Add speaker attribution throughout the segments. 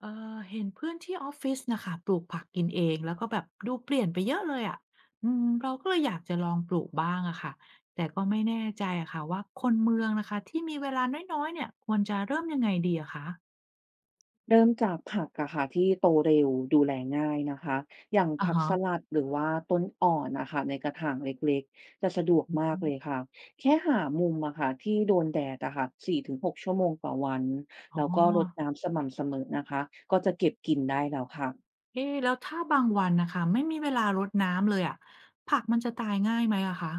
Speaker 1: เออเห็นเพื่อนที่ออฟฟิศนะคะปลูกผักกินเองแล้วก็แบบดูเปลี่ยนไปเยอะเลยอะอืมเราก็เลยอยากจะลองปลูกบ้างอะค่ะแต่ก็ไม่แน่ใจอะค่ะว่าคนเมืองนะคะที่มีเวลาน้อยๆเนี่ยควรจะเริ่มยังไงดีอะคะ
Speaker 2: เริ่มจากผักอะค่ะที่โตเร็วดูแลง่ายนะคะอย่าง
Speaker 1: อะ
Speaker 2: ผักส
Speaker 1: ฮะ
Speaker 2: ลัดหรือว่าต้นอ่อนนะค่ะในกระถางเล็กๆจะสะดวก
Speaker 1: อ
Speaker 2: มากเลย
Speaker 1: ม
Speaker 2: ค่ะแค่หามุมอะค่ะที่โดนแดดอะค่ะ4-6ชั่วโมงต่อวัน
Speaker 1: อ๋อ
Speaker 2: แล้วก็รดน้ำสม่ำเสมอนะคะก็จะเก็บกินได้แล้วค่ะ
Speaker 1: เอ๊ะแล้วถ้าบางวันนะคะไม่มีเวลารดน้ำเลยอะผักมันจะตายง่ายไหมอะคะ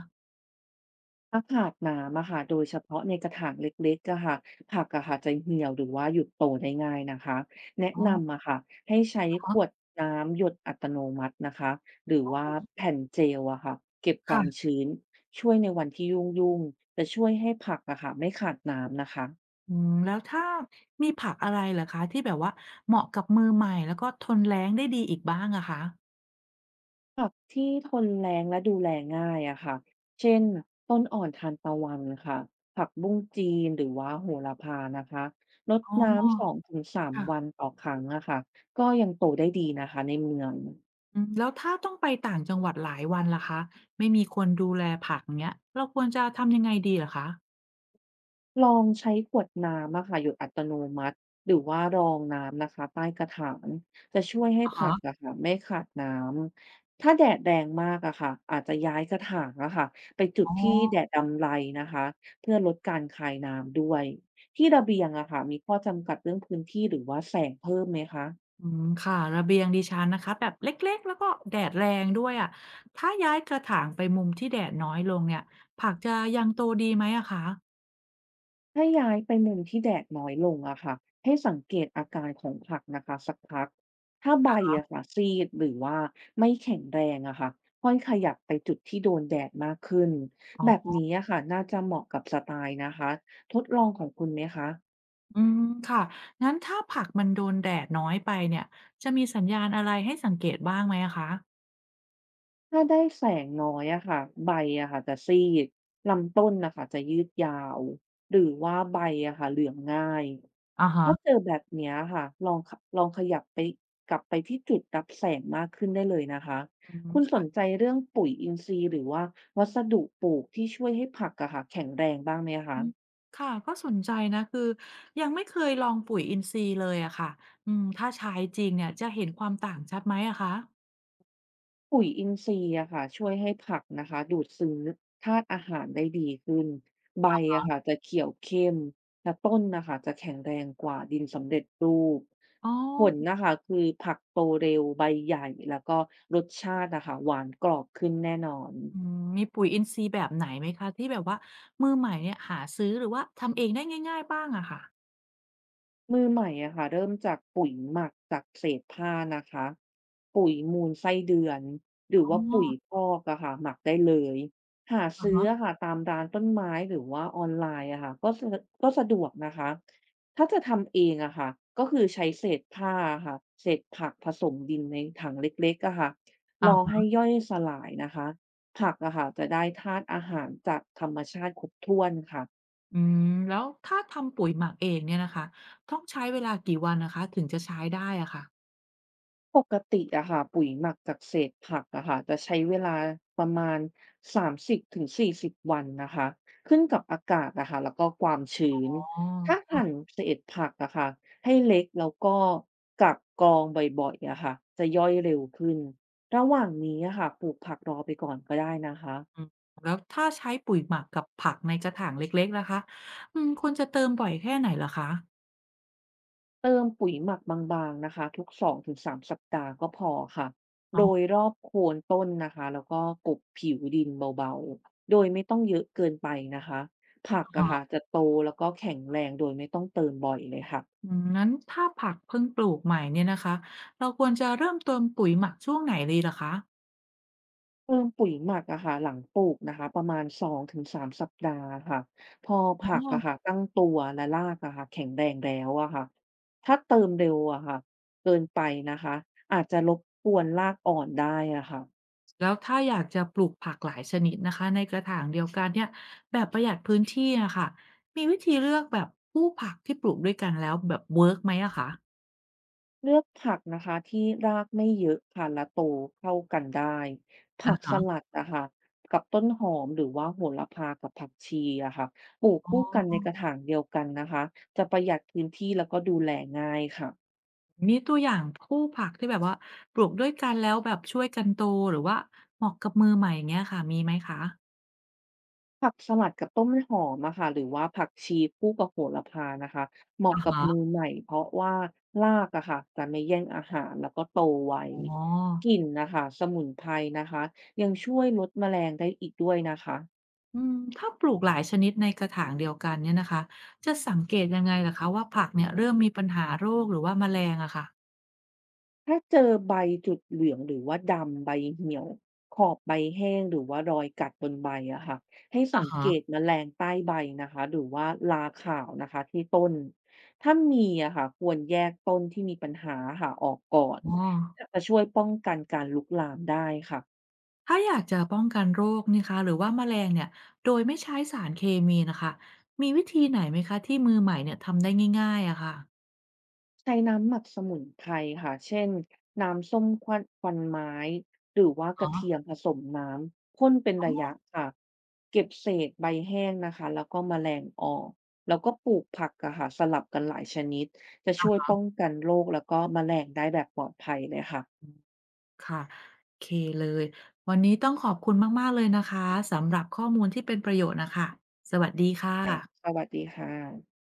Speaker 2: ถ้าขาดน้ำอะค่ะโดยเฉพาะในกระถางเล็กๆอะค่ะผักอะค่ะจะเหี่ยวหรือว่าหยุดโตได้ง่ายนะคะแนะ
Speaker 1: อ๋อ
Speaker 2: นำอะค่ะให้ใช้
Speaker 1: อา
Speaker 2: ข
Speaker 1: ฮะ
Speaker 2: วดน้ำหยดอัตโนมัตินะคะหรือว่าแผ่นเจลอะค่ะเก็บความ
Speaker 1: ค่ะ
Speaker 2: ชื้นช่วยในวันที่ยุ่งๆจะช่วยให้ผักอะค่ะไม่ขาดน้ำนะคะ
Speaker 1: อืมแล้วถ้ามีผักอะไรเหรอคะที่แบบว่าเหมาะกับมือใหม่แล้วก็ทนแล้งได้ดีอีกบ้างอะคะ
Speaker 2: ผักที่ทนแล้งและดูแลง่ายอะค่ะเช่นต้นอ่อนทานตะวันค่ะผักบุ้งจีนหรือว่าโหระพานะคะรด
Speaker 1: อ๋อ
Speaker 2: น้ำ2-3
Speaker 1: ค่ะ
Speaker 2: วันต่อครั้งอะค่ะก็ยังโตได้ดีนะคะในเมือง
Speaker 1: อืมแล้วถ้าต้องไปต่างจังหวัดหลายวันล่ะคะไม่มีคนดูแลผักเงี้ยเราควรจะทำยังไงดีเหรอคะ
Speaker 2: ลองใช้ขวดน้ำอะค่ะหยดอัตโนมัติหรือว่ารองน้ำนะคะใต้กระถางจะช่วยให้
Speaker 1: อะ
Speaker 2: ผัก
Speaker 1: ฮะ
Speaker 2: อะค่ะไม่ขาดน้ำถ้าแดดแรงมากอะค่ะอาจจะย้ายกระถางอะค่ะไปจุด
Speaker 1: อ๋
Speaker 2: ที่แด
Speaker 1: อ
Speaker 2: ดดำไรนะคะเพื่อลดการคายน้ำด้วยที่ระเบียงอะค่ะมีข้อจำกัดเรื่องพื้นที่หรือว่าแสงเพิ่มไหมคะ
Speaker 1: อืมค่ะระเบียงดิฉันนะคะแบบเล็กๆแล้วก็แดดแรงด้วยอะถ้าย้ายกระถางไปมุมที่แดดน้อยลงเนี่ยผักจะยังโตดีไหมอะคะ
Speaker 2: ถ้าย้ายไปมุมที่แดดน้อยลงอะค่ะให้สังเกตอาการของผักนะคะสักพักถ้าใบอะค่ะซีดหรือว่าไม่แข็งแรงอะค่ะค่อยขยับไปจุดที่โดนแดดมากขึ้น
Speaker 1: อ๋
Speaker 2: แบบ
Speaker 1: อ
Speaker 2: นี้อะค่ะน่าจะเหมาะกับสไตล์นะคะทดลองของคุณไหมคะ
Speaker 1: อืมค่ะงั้นถ้าผักมันโดนแดดน้อยไปเนี่ยจะมีสัญญาณอะไรให้สังเกตบ้างไหมอะคะ
Speaker 2: ถ้าได้แสงน้อยอะค่ะใบอะค่ะจะซีดลำต้นนะคะจะยืดยาวหรือว่าใบอะค่ะเหลืองง่าย
Speaker 1: อะฮะ
Speaker 2: ถ้าเจอแบบเนี้ยค่ะลองขยับกลับไปที่จุดรับแสงมากขึ้นได้เลยนะคะ
Speaker 1: อื
Speaker 2: คุณสน
Speaker 1: ม
Speaker 2: ใจเรื่องปุ๋ยอินทรีย์หรือว่าวัสดุปลูกที่ช่วยให้ผักอะค่ะแข็งแรงบ้างไหม
Speaker 1: อื
Speaker 2: คะ
Speaker 1: มค่ะก็สนใจนะคือยังไม่เคยลองปุ๋ยอินทรีย์เลยอะค่ะอืมถ้าใช้จริงเนี่ยจะเห็นความต่างชัดไหมอะคะ
Speaker 2: ปุ๋ยอินทรีย์อะค่ะช่วยให้ผักนะคะดูดซึมธาตุอาหารได้ดีขึ้นใบอะค่ะจะเขียวเข้มและต้นนะคะจะแข็งแรงกว่าดินสำเร็จรูป
Speaker 1: อ๋อ
Speaker 2: ผลนะคะคือผักโตเร็วใบใหญ่แล้วก็รสชาตินะคะหวานกรอบขึ้นแน่นอน
Speaker 1: อืมมีปุ๋ยอินทรีย์แบบไหนไหมคะที่แบบว่ามือใหม่เนี่ยหาซื้อหรือว่าทำเองได้ง่ายๆบ้างอะค่ะ
Speaker 2: มือใหม่อะค่ะเริ่มจากปุ๋ยหมักจากเศษผ้านะคะปุ๋ยมูลไส้เดือนหรือ
Speaker 1: อ๋อ
Speaker 2: ว่าปุ๋ยคอกอะค่ะหมักได้เลยหา
Speaker 1: อะ
Speaker 2: ซื้อ
Speaker 1: ฮะ
Speaker 2: อะค่ะตามร้านต้นไม้หรือว่าออนไลน์อะค่ะก็สะดวกนะคะถ้าจะทำเองอะค่ะก็คือใช้เศษผ้าอะค่ะเศษผักผสมดินในถังเล็กๆอะค่ะร
Speaker 1: อะ
Speaker 2: อให้
Speaker 1: ฮะ
Speaker 2: ย่อยสลายนะคะผักอะค่ะจะได้ธาตุอาหารจากธรรมชาติครบถ้วนค่ะ
Speaker 1: อืมแล้วถ้าทำปุ๋ยหมักเองเนี่ยนะคะต้องใช้เวลากี่วันนะคะถึงจะใช้ได้อะค่ะ
Speaker 2: ปกติอะค่ะปุ๋ยหมักจากเศษผักอะค่ะจะใช้เวลาประมาณ30-40วันนะคะขึ้นกับอากาศอะค่ะแล้วก็ความชื้น
Speaker 1: อ๋อ
Speaker 2: ถ้าหั่นเศษผักอะค่ะให้เล็กแล้วก็กักกรองบ่อยๆอะค่ะจะย่อยเร็วขึ้นระหว่างนี้อะค่ะปลูกผักรอไปก่อนก็ได้นะคะ
Speaker 1: อืมแล้วถ้าใช้ปุ๋ยหมักกับผักในกระถางเล็กๆล่ะคะอืมควรจะเติมบ่อยแค่ไหนเหรอคะ
Speaker 2: เติมปุ๋ยหมักบางๆนะคะทุกสองถึงสามสัปดาห์ก็พอค่ะโดยรอบโคนต้นนะคะแล้วก็กบผิวดินเบาๆโดยไม่ต้องเยอะเกินไปนะคะผัก
Speaker 1: อ๋
Speaker 2: อะค่ะ
Speaker 1: ฮ
Speaker 2: จะโตแล้วก็แข็งแรงโดยไม่ต้องเติมบ่อยเลยค่ะ
Speaker 1: อืมงั้นถ้าผักเพิ่งปลูกใหม่เนี่ยนะคะเราควรจะเริ่มเติมปุ๋ยหมักช่วงไหนดีล่ะคะ
Speaker 2: เติมปุ๋ยหมักอะค่ะหลังปลูกนะคะประมาณ2-3สามสัปดาห์ค่ะพอ
Speaker 1: อ๋
Speaker 2: ผัก
Speaker 1: อ
Speaker 2: อะค่ะตั้งตัวและรากอะค่ะแข็งแรงแล้วอะค่ะถ้าเติมเร็วอะค่ะเกินไปนะคะอาจจะรบกวนรากอ่อนได้อะค่ะ
Speaker 1: แล้วถ้าอยากจะปลูกผักหลายชนิดนะคะในกระถางเดียวกันเนี่ยแบบประหยัดพื้นที่อะค่ะมีวิธีเลือกแบบคู่ผักที่ปลูกด้วยกันแล้วแบบเวิร์กไหมอะคะ
Speaker 2: เลือกผักนะคะที่รากไม่เยอะค่ะและโตเข้ากันได้ผั
Speaker 1: อะ
Speaker 2: กส
Speaker 1: ฮะ
Speaker 2: ลัดนะคะกับต้นหอมหรือว่าโหระพากับผักชีอะค่ะปลูก
Speaker 1: อ๋อ
Speaker 2: คู่กันในกระถางเดียวกันนะคะจะประหยัดพื้นที่แล้วก็ดูแลง่ายค่ะ
Speaker 1: มีตัวอย่างคู่ผักที่แบบว่าปลูกด้วยกันแล้วแบบช่วยกันโตหรือว่าเหมาะกับมือใหม่อย่างเงี้ยค่ะมีไหมคะ
Speaker 2: ผักสลัดกับต้นหอมอะค่ะหรือว่าผักชีคู่กับโหระพานะคะเหมาะ
Speaker 1: อะ
Speaker 2: กับมื
Speaker 1: ฮะ
Speaker 2: อใหม่เพราะว่ารากอะค่ะจะไม่แย่งอาหารแล้วก็โตไว
Speaker 1: อ๋อ
Speaker 2: กลิ่นนะคะสมุนไพรนะคะยังช่วยลดแมลงได้อีกด้วยนะคะ
Speaker 1: อืมถ้าปลูกหลายชนิดในกระถางเดียวกันเนี่ยนะคะจะสังเกตยังไงล่ะคะว่าผักเนี่ยเริ่มมีปัญหาโรคหรือว่าแมลงอะค่ะ
Speaker 2: ถ้าเจอใบจุดเหลืองหรือว่าดำใบเหี่ยวขอบใบแห้งหรือว่ารอยกัดบนใบอะค่ะให้สั
Speaker 1: อ่า
Speaker 2: งเก
Speaker 1: ฮะ
Speaker 2: ตแมลงใต้ใบนะคะหรือว่าราขาวนะคะที่ต้นถ้ามีอะค่ะควรแยกต้นที่มีปัญหาค่ะออกก่อน
Speaker 1: อ๋อ
Speaker 2: จะช่วยป้องกันการลุกลามได้ค่ะ
Speaker 1: ถ้าอยากจะป้องกันโรคนี่คะหรือว่าแมลงเนี่ยโดยไม่ใช้สารเคมีนะคะมีวิธีไหนไหมคะที่มือใหม่เนี่ยทำได้ง่ายๆอะค่ะ
Speaker 2: ใช้น้ำหมักสมุนไพรค่ะเช่น น้ำส้มควันไม้ หรือว่าก
Speaker 1: อ๋อ
Speaker 2: ระเทียมผสมน้ำพ่นเป็น
Speaker 1: อ๋
Speaker 2: ระยะ
Speaker 1: อ
Speaker 2: ค่ะเก็บเศษใบแห้งนะคะแล้วก็แมลงออกแล้วก็ปลูกผักอะค่ะสลับกันหลายชนิดจะช่วยป้องกันโรคแล้วก็แมลงได้แบบปลอดภัยเลยค่ะ
Speaker 1: ค่ะโอเคเลยวันนี้ต้องขอบคุณมากๆเลยนะคะสำหรับข้อมูลที่เป็นประโยชน์นะคะสวัสดีค่
Speaker 2: ค่ะ
Speaker 1: ะ
Speaker 2: สวัสดีค่ะ